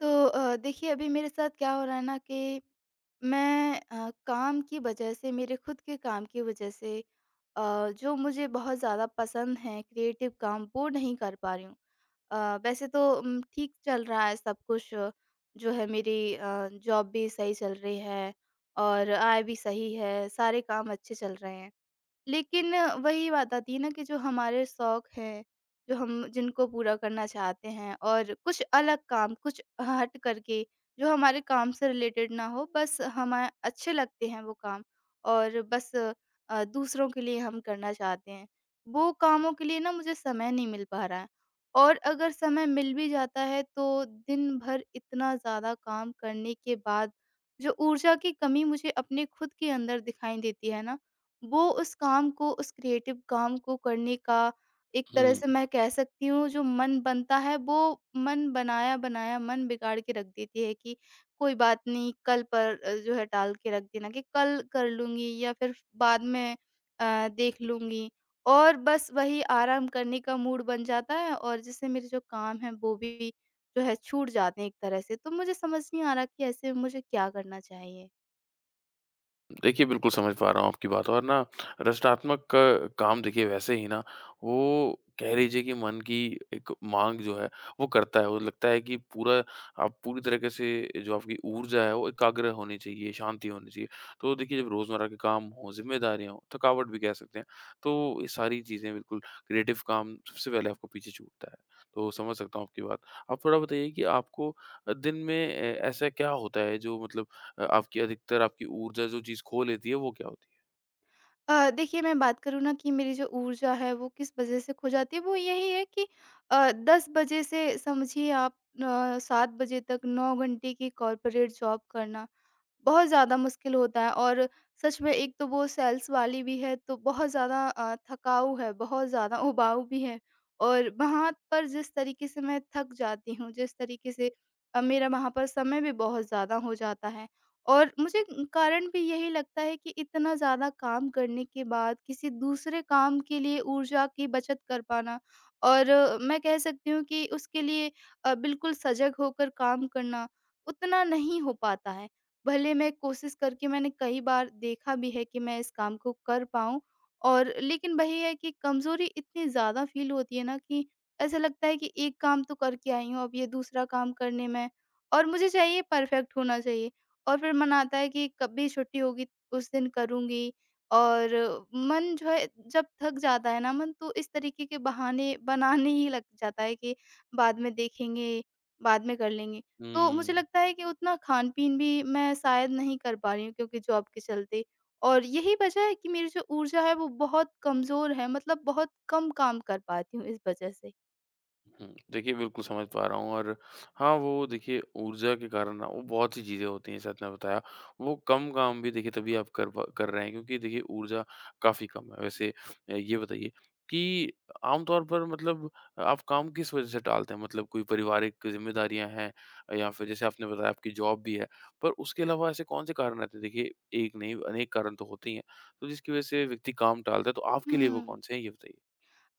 देखिए अभी मेरे साथ क्या हो रहा है ना कि मैं काम की वजह से मेरे खुद के काम की वजह से अ, जो मुझे बहुत ज़्यादा पसंद है क्रिएटिव काम वो नहीं कर पा रही हूँ। वैसे तो ठीक चल रहा है सब कुछ। जो है मेरी जॉब भी सही चल रही है और आय भी सही है, सारे काम अच्छे चल रहे हैं। लेकिन वही बात आती है ना कि जो हमारे शौक हैं, जो हम जिनको पूरा करना चाहते हैं और कुछ अलग काम, कुछ हट करके जो हमारे काम से रिलेटेड ना हो, बस हमें अच्छे लगते हैं वो काम और बस दूसरों के लिए हम करना चाहते हैं। वो कामों के लिए ना मुझे समय नहीं मिल पा रहा है। और अगर समय मिल भी जाता है तो दिन भर इतना ज़्यादा काम करने के बाद जो ऊर्जा की कमी मुझे अपने खुद के अंदर दिखाई देती है ना, वो उस काम को, उस क्रिएटिव काम को करने का एक तरह हुँ। से मैं कह सकती हूँ जो मन बनता है वो मन बनाया बनाया मन बिगाड़ के रख देती है कि कोई बात नहीं कल पर जो है टाल के रख देना कि कल कर लूंगी या फिर बाद में देख लूंगी। और बस वही आराम करने का मूड बन जाता है और जिससे मेरे जो काम है वो भी जो है छूट जाते हैं। एक तरह से तो मुझे समझ नहीं आ रहा कि ऐसे में मुझे क्या करना चाहिए। देखिए, बिल्कुल समझ पा रहा हूँ आपकी बात और ना रचनात्मक काम देखिए वैसे ही ना, वो कह लीजिए कि मन की एक माँग जो है वो करता है। वो लगता है कि पूरा आप पूरी तरीके से जो आपकी ऊर्जा है वो एकाग्र होनी चाहिए, शांति होनी चाहिए। तो देखिए, जब रोज़मर्रा के काम हों, ज़िम्मेदारियाँ हों, थकावट भी कह सकते हैं, तो ये सारी चीज़ें बिल्कुल, क्रिएटिव काम सबसे पहले आपको पीछे छूटता है। तो समझ सकता हूँ आपकी बात। आप थोड़ा बताइए कि आपको दिन में ए ऐसा क्या होता है जो मतलब आपकी ऊर्जा जो चीज़ खो लेती है, वो क्या होती है? देखिए मैं बात करूँ ना कि मेरी जो ऊर्जा है वो किस वजह से खो जाती है, वो यही है कि 10 बजे से समझिए आप 7 बजे तक 9 घंटे की कॉर्पोरेट जॉब करना बहुत ज़्यादा मुश्किल होता है। और सच में एक तो वो सेल्स वाली भी है तो बहुत ज़्यादा थकाऊ है, बहुत ज़्यादा उबाऊ भी है। और वहाँ पर जिस तरीके से मैं थक जाती हूँ, जिस तरीके से मेरा वहाँ पर समय भी बहुत ज़्यादा हो जाता है। और मुझे कारण भी यही लगता है कि इतना ज़्यादा काम करने के बाद किसी दूसरे काम के लिए ऊर्जा की बचत कर पाना और मैं कह सकती हूँ कि उसके लिए बिल्कुल सजग होकर काम करना उतना नहीं हो पाता है। भले मैं कोशिश करके मैंने कई बार देखा भी है कि मैं इस काम को कर पाऊँ और, लेकिन वही है कि कमज़ोरी इतनी ज़्यादा फ़ील होती है ना कि ऐसा लगता है कि एक काम तो करके आई हूँ, अब ये दूसरा काम करने में और मुझे चाहिए परफ़ेक्ट होना चाहिए। और फिर मन आता है कि कब भी छुट्टी होगी उस दिन करूँगी। और मन जो है, जब थक जाता है ना मन, तो इस तरीके के बहाने बनाने ही लग जाता है कि बाद में देखेंगे, बाद में कर लेंगे। तो मुझे हुँ। लगता है कि उतना खान-पीन भी मैं शायद नहीं कर पा रही हूँ क्योंकि जॉब के चलते, और यही वजह है कि मेरी जो ऊर्जा है वो बहुत कमज़ोर है, मतलब बहुत कम काम कर पाती हूँ इस वजह से। हुँ। देखिए, बिल्कुल समझ पा रहा हूँ। और हाँ, वो देखिए, ऊर्जा के कारण ना वो बहुत सी चीज़ें होती हैं, जैसे आपने बताया। वो कम काम भी देखिए तभी आप कर रहे हैं, क्योंकि देखिए ऊर्जा काफ़ी कम है। वैसे ये बताइए कि आम तौर पर, मतलब आप काम किस वज़ह से टालते हैं? मतलब कोई पारिवारिक ज़िम्मेदारियाँ हैं, या फिर जैसे आपने बताया आपकी जॉब भी है, पर उसके अलावा ऐसे कौन से कारण रहते हैं? देखिए, एक नहीं अनेक कारण तो होते ही हैं, तो जिसकी वज़ह से व्यक्ति काम टालता है, तो आपके लिए वो हुँ। कौन से हैं? ये बताइए।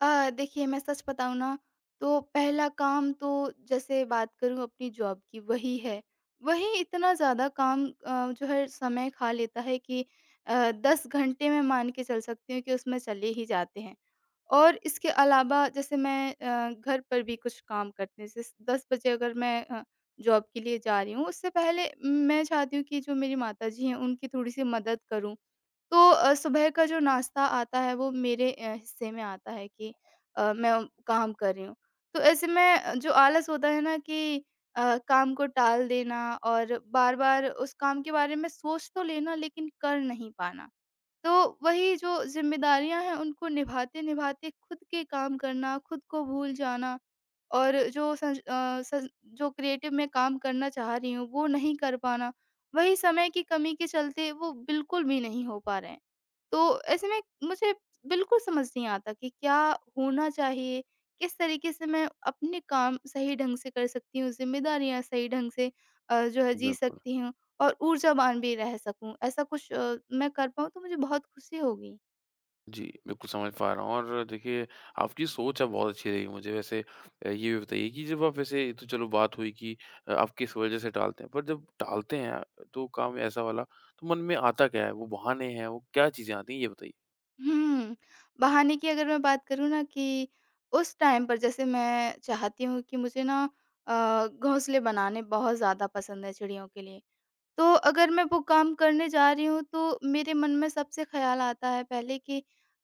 देखिए मैं सच बताऊँ ना, तो पहला काम तो जैसे बात करूँ अपनी जॉब की, वही है। वही इतना ज़्यादा काम जो है समय खा लेता है कि 10 घंटे मैं मान के चल सकती हूँ कि उसमें चले ही जाते हैं। और इसके अलावा जैसे मैं घर पर भी कुछ काम करते हैं, जैसे 10 बजे अगर मैं जॉब के लिए जा रही हूँ, उससे पहले मैं चाहती हूँ कि जो मेरी माताजी हैं उनकी थोड़ी-सी मदद करूँ। तो सुबह का जो नाश्ता आता है वो मेरे हिस्से में आता है कि मैं काम कर रही हूँ। तो ऐसे में जो आलस होता है ना कि काम को टाल देना और बार-बार उस काम के बारे में सोच तो लेना लेकिन कर नहीं पाना। तो वही जो ज़िम्मेदारियाँ हैं उनको निभाते-निभाते खुद के काम करना, खुद को भूल जाना और जो सज अ, सज जो क्रिएटिव मैं काम करना चाह रही हूँ वो नहीं कर पाना, वही समय की कमी के चलते वो बिल्कुल भी नहीं हो पा रहे हैं। तो ऐसे में मुझे बिल्कुल समझ नहीं आता कि क्या होना चाहिए? किस तरीके से मैं अपने काम सही ढंग से कर सकती हूँ, ज़िम्मेदारियाँ सही ढंग से जो है जी बिल्कुल। सकती हूँ और ऊर्जावान भी रह सकूँ। ऐसा कुछ मैं कर पाऊँ तो मुझे बहुत खुशी होगी। जी, बिल्कुल समझ पा रहा हूँ। और देखिए, आपकी सोच अब बहुत अच्छी रही मुझे। वैसे ये भी बताइए कि जब आप, वैसे ये तो चलो बात हुई कि आप किस वजह से टालते हैं, पर जब टालते हैं तो काम ऐसा वाला, तो मन में आता क्या है? वो बहाने हैं, वो क्या चीज़ें आती हैं, ये बताइए? हुँ। बहाने की अगर मैं बात करूँ ना, कि उस टाइम पर जैसे मैं चाहती हूँ कि मुझे ना घोंसले बनाने बहुत ज़्यादा पसंद है चिड़ियों के लिए। तो अगर मैं वो काम करने जा रही हूँ तो मेरे मन में सबसे ख़्याल आता है पहले कि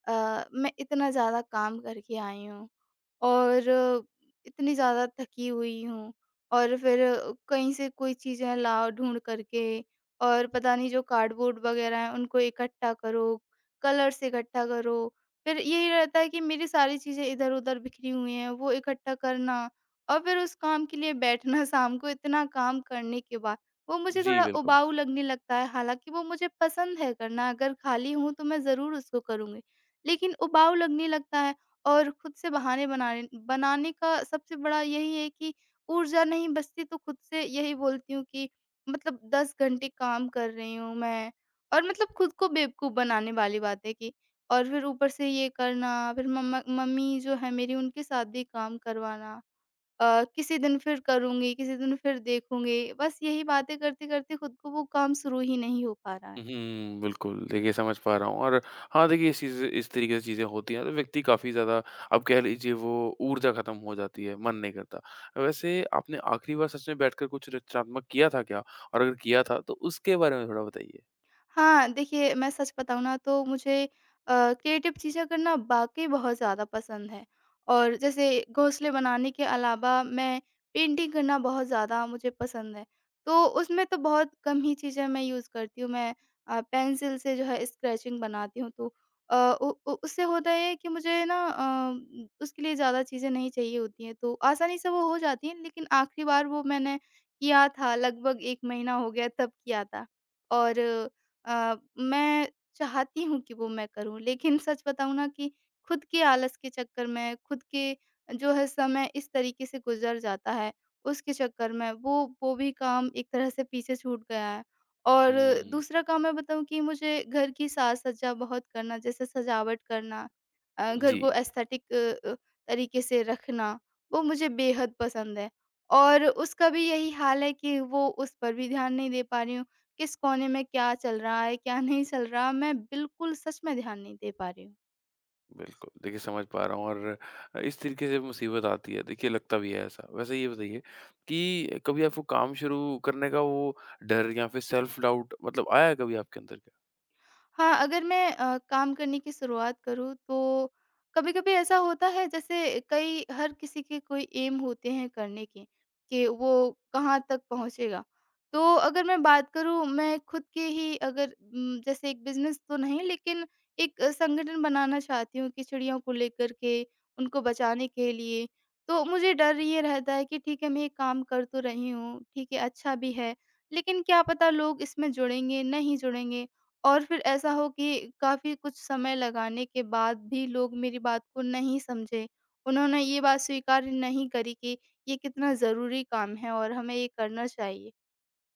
अ, मैं इतना ज़्यादा काम करके आई हूँ और इतनी ज़्यादा थकी हुई हूँ। और फिर कहीं से कोई चीज़ें लाओ ढूँढ करके और पता नहीं जो कार्डबोर्ड वगैरह है उनको इकट्ठा करो, कलर्स इकट्ठा करो। फिर यही रहता है कि मेरी सारी चीज़ें इधर-उधर बिखरी हुई हैं, वो इकट्ठा करना और फिर उस काम के लिए बैठना शाम को इतना काम करने के बाद। वो मुझे जी, थोड़ा बिल्कुल। उबाऊ लगने लगता है, हालाँकि वो मुझे पसंद है करना, अगर खाली हूँ तो मैं ज़रूर उसको करूँगी। लेकिन उबाऊ लगने लगता है और खुद से बहाने बनाने बनाने का सबसे बड़ा यही है कि ऊर्जा नहीं बचती तो खुद से यही बोलती हूँ कि मतलब 10 घंटे काम कर रही हूँ मैं, और मतलब खुद को बेवकूफ़ बनाने वाली बात है कि, और फिर ऊपर से ये करना, फिर मम्मा मम्मी जो है मेरी उनके साथ भी काम करवाना। किसी दिन फिर करूँगी, किसी दिन फिर देखूँगी। बस यही बातें करते-करते खुद को वो काम शुरू ही नहीं हो पा रहा है। हुँ, बिल्कुल। देखिए, समझ पा रहा हूँ। और हाँ, देखिए, इस चीज़, इस तरीके से चीज़ें होती हैं तो व्यक्ति काफ़ी ज़्यादा, आप कह लीजिए वो ऊर्जा ख़त्म हो जाती है, मन नहीं करता। वैसे आपने आखिरी बार सच में बैठकर कुछ रचनात्मक किया था क्या? और अगर किया था तो उसके बारे में थोड़ा बताइए? हाँ, देखिए मैं सच बताऊँ ना, तो मुझे क्रिएटिव चीज़ें करना वाक़ई बहुत ज़्यादा पसंद है। और जैसे घोंसले बनाने के अलावा मैं पेंटिंग करना बहुत ज़्यादा मुझे पसंद है। तो उसमें तो बहुत कम ही चीज़ें मैं यूज़ करती हूँ, मैं पेंसिल से जो है स्क्रैचिंग बनाती हूँ, तो अ, उ उ उससे होता है कि मुझे ना उसके लिए ज़्यादा चीज़ें नहीं चाहिए होती हैं तो आसानी से वो हो जाती हैं। लेकिन आखिरी बार वो मैंने किया था लगभग 1 महीना हो गया, तब किया था। और मैं चाहती हूँ कि वो मैं करूँ, लेकिन सच बताऊँ ना कि खुद के आलस के चक्कर में, खुद के जो है समय इस तरीके से गुज़र जाता है, उसके चक्कर में वो भी काम एक तरह से पीछे छूट गया है। और हुँ। दूसरा काम मैं बताऊँ कि मुझे घर की साज-सज्जा बहुत करना, जैसे सजावट करना, घर जी, को एस्थेटिक तरीके से रखना, वो मुझे बेहद पसंद है। और उसका भी यही हाल है कि वो उस पर भी ध्यान नहीं दे पा रही हूँ। किस कोने में क्या चल रहा है, क्या नहीं चल रहा, मैं बिल्कुल सच में ध्यान नहीं दे पा रही हूँ। बिल्कुल। देखिए, समझ पा रहा हूँ। और इस तरीके से मुसीबत आती है। देखिए, लगता भी है ऐसा। वैसे ये बताइए कि कभी आपको काम शुरू करने का वो डर, या फिर सेल्फ डाउट, मतलब आया है कभी आपके अंदर क्या? हाँ, अगर मैं काम करने की शुरुआत करूँ तो कभी-कभी ऐसा होता है, जैसे कई हर किसी के कोई एम होते हैं करने के, कि वो कहाँ तक पहुँचेगा। तो अगर मैं बात करूँ मैं खुद के ही अगर, जैसे एक बिज़नेस तो नहीं, लेकिन एक संगठन बनाना चाहती हूँ कि चिड़ियों को लेकर के, उनको बचाने के लिए। तो मुझे डर ये रहता है कि ठीक है, मैं ये काम कर तो रही हूँ, ठीक है अच्छा भी है, लेकिन क्या पता लोग इसमें जुड़ेंगे, नहीं जुड़ेंगे। और फिर ऐसा हो कि काफ़ी कुछ समय लगाने के बाद भी लोग मेरी बात को नहीं समझे। उन्होंने ये बात स्वीकार नहीं करी कि ये कितना ज़रूरी काम है और हमें ये करना चाहिए।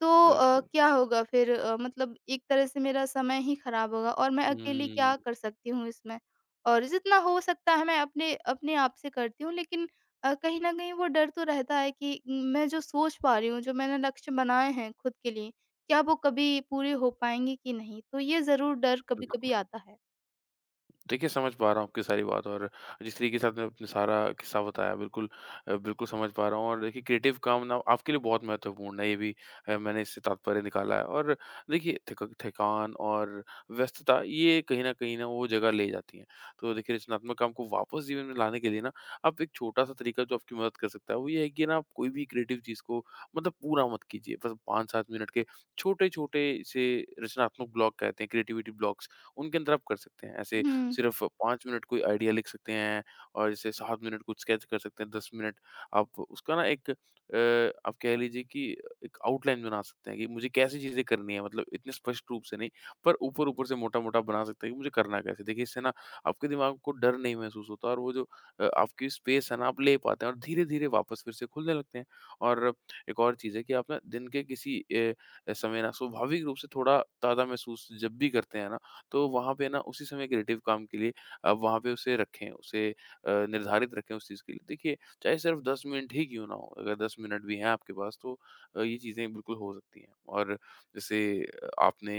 तो बिल्कुल। क्या होगा फिर मतलब एक तरह से मेरा समय ही खराब होगा और मैं अकेली क्या हुँ, कर सकती हूँ इसमें? और जितना हो सकता है मैं अपने अपने आप से करती हूँ, लेकिन कहीं न कहीं वो डर तो रहता है कि मैं जो सोच पा रही हूँ, जो मैंने लक्ष्य बनाए हैं खुद के लिए, क्या वो कभी पूरे हो पाएँगे कि नहीं? तो ये ज़रूर डर कभी-कभी बिल्कुल। आता है। देखिए, समझ पा रहा हूँ आपकी सारी बात। और जिस तरीके से आपने अपना सारा किस्सा बताया, बिल्कुल बिल्कुल समझ पा रहा हूँ। और देखिए, क्रिएटिव काम ना आपके लिए बहुत महत्वपूर्ण है, ये भी मैंने इससे तात्पर्य निकाला है। और देखिए, थक थकान और व्यस्तता ये कहीं न कहीं ना वो जगह ले जाती है। तो देखिए, रचनात्मक काम को वापस जीवन में लाने के लिए ना, आप एक छोटा-सा तरीका जो आपकी मदद कर सकता है, वो ये है कि ना, आप कोई भी क्रिएटिव चीज़ को मतलब पूरा मत कीजिए। बस 5-7 मिनट के छोटे-छोटे से रचनात्मक ब्लॉक कहते हैं, क्रिएटिविटी ब्लॉक्स, उनके अंदर आप कर सकते हैं। ऐसे हुँ। सिर्फ़ 5 मिनट कोई आइडिया लिख सकते हैं, और जैसे 7 मिनट कुछ स्केच कर सकते हैं, 10 मिनट आप उसका ना एक आप कह लीजिए कि एक आउटलाइन बना सकते हैं कि मुझे कैसी चीज़ें करनी है, मतलब इतने स्पष्ट रूप से नहीं, पर ऊपर-ऊपर से मोटा-मोटा बना सकते हैं कि मुझे करना कैसे है। देखिए, इससे ना आपके दिमाग को डर नहीं महसूस होता, और वो जो आपकी स्पेस है ना आप ले पाते हैं, और धीरे-धीरे वापस फिर से खुलने लगते हैं। और एक और चीज़ है, कि आप ना दिन के किसी समय ना स्वाभाविक रूप से थोड़ा ताज़ा महसूस जब भी करते हैं ना, तो वहाँ पे ना उसी समय क्रिएटिव काम के लिए आप वहाँ पे उसे रखें, उसे निर्धारित रखें उस चीज़ के लिए। देखिए, चाहे सिर्फ 10 मिनट ही क्यों ना हों, अगर 10 मिनट भी हैं आपके पास, तो ये चीज़ें बिल्कुल हो सकती हैं। और जैसे आपने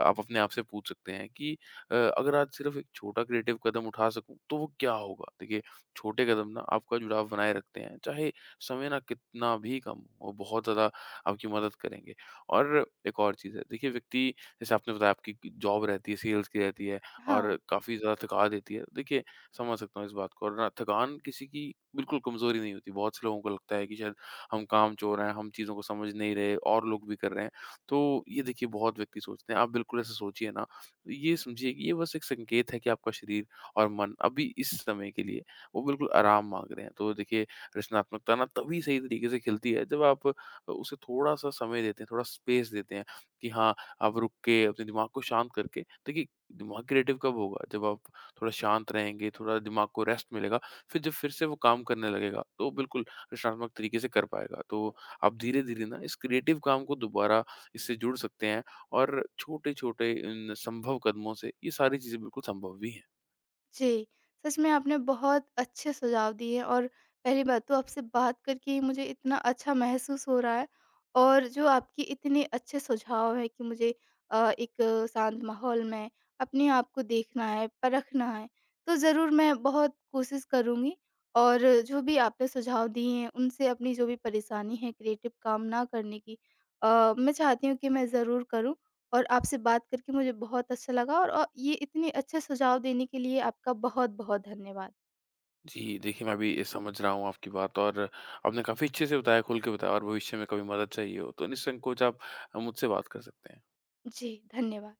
आप अपने आप से पूछ सकते हैं कि अगर आज सिर्फ एक छोटा क्रिएटिव कदम उठा सकूँ, तो वो क्या होगा? देखिए, छोटे कदम ना आपका जुड़ाव बनाए रखते हैं, चाहे समय ना कितना भी कम हो, वो बहुत ज़्यादा आपकी मदद करेंगे। और एक और चीज़ है, देखिए, व्यक्ति, जैसे आपने बताया आपकी जॉब रहती है, सेल्स की रहती है और हाँ। काफ़ी ज़्यादा थका देती है। देखिए, समझ सकता हूँ इस बात को। और ना, थकान किसी की बिल्कुल कमज़ोरी नहीं होती। बहुत से लोगों को लगता है कि शायद हम कामचोर हैं, हम चीज़ों को समझ नहीं रहे और लोग भी कर रहे हैं। तो ये देखिए बहुत व्यक्ति सोचते हैं। आप बिल्कुल ऐसा सोचिए ना, ये समझिए कि ये बस एक संकेत है कि आपका शरीर और मन अभी इस समय के लिए वो बिल्कुल आराम माँग रहे हैं। तो देखिए, रचनात्मकता ना तभी सही तरीके से खिलती है जब आप उसे थोड़ा-सा समय देते हैं, थोड़ा स्पेस देते हैं कि हाँ, आप रुक के अपने दिमाग को शांत करके, देखिए दिमाग क्रिएटिव कब होगा, जब आप थोड़ा शांत रहेंगे, थोड़ा दिमाग को रेस्ट मिलेगा, फिर जब फिर से वो काम करने लगेगा तो बिल्कुल रचनात्मक तरीके से कर पाएगा। तो आप धीरे धीरे ना इस क्रिएटिव काम को दोबारा, इससे जुड़ सकते हैं, और छोटे छोटे इन संभव कदमों से ये सारी चीज़ें बिल्कुल संभव भी हैं। जी, सच में आपने बहुत अच्छे सुझाव दिए। और पहली बात तो आपसे बात करके ही मुझे इतना अच्छा महसूस हो रहा है। और जो आपकी इतने अच्छे सुझाव हैं कि मुझे एक शांत माहौल में अपने आप को देखना है, परखना है, तो ज़रूर मैं बहुत कोशिश करूँगी। और जो भी आपने सुझाव दिए हैं, उनसे अपनी जो भी परेशानी है क्रिएटिव काम ना करने की, मैं चाहती हूँ कि मैं ज़रूर करूँ। और आपसे बात करके मुझे बहुत अच्छा लगा, और ये इतने अच्छे सुझाव देने के लिए आपका बहुत-बहुत धन्यवाद। जी, देखिए, मैं भी समझ रहा हूँ आपकी बात। और आपने काफ़ी अच्छे से बताया, खुल के बताया, और भविष्य में कभी मदद चाहिए हो तो निसंकोच आप मुझसे बात कर सकते हैं। जी, धन्यवाद।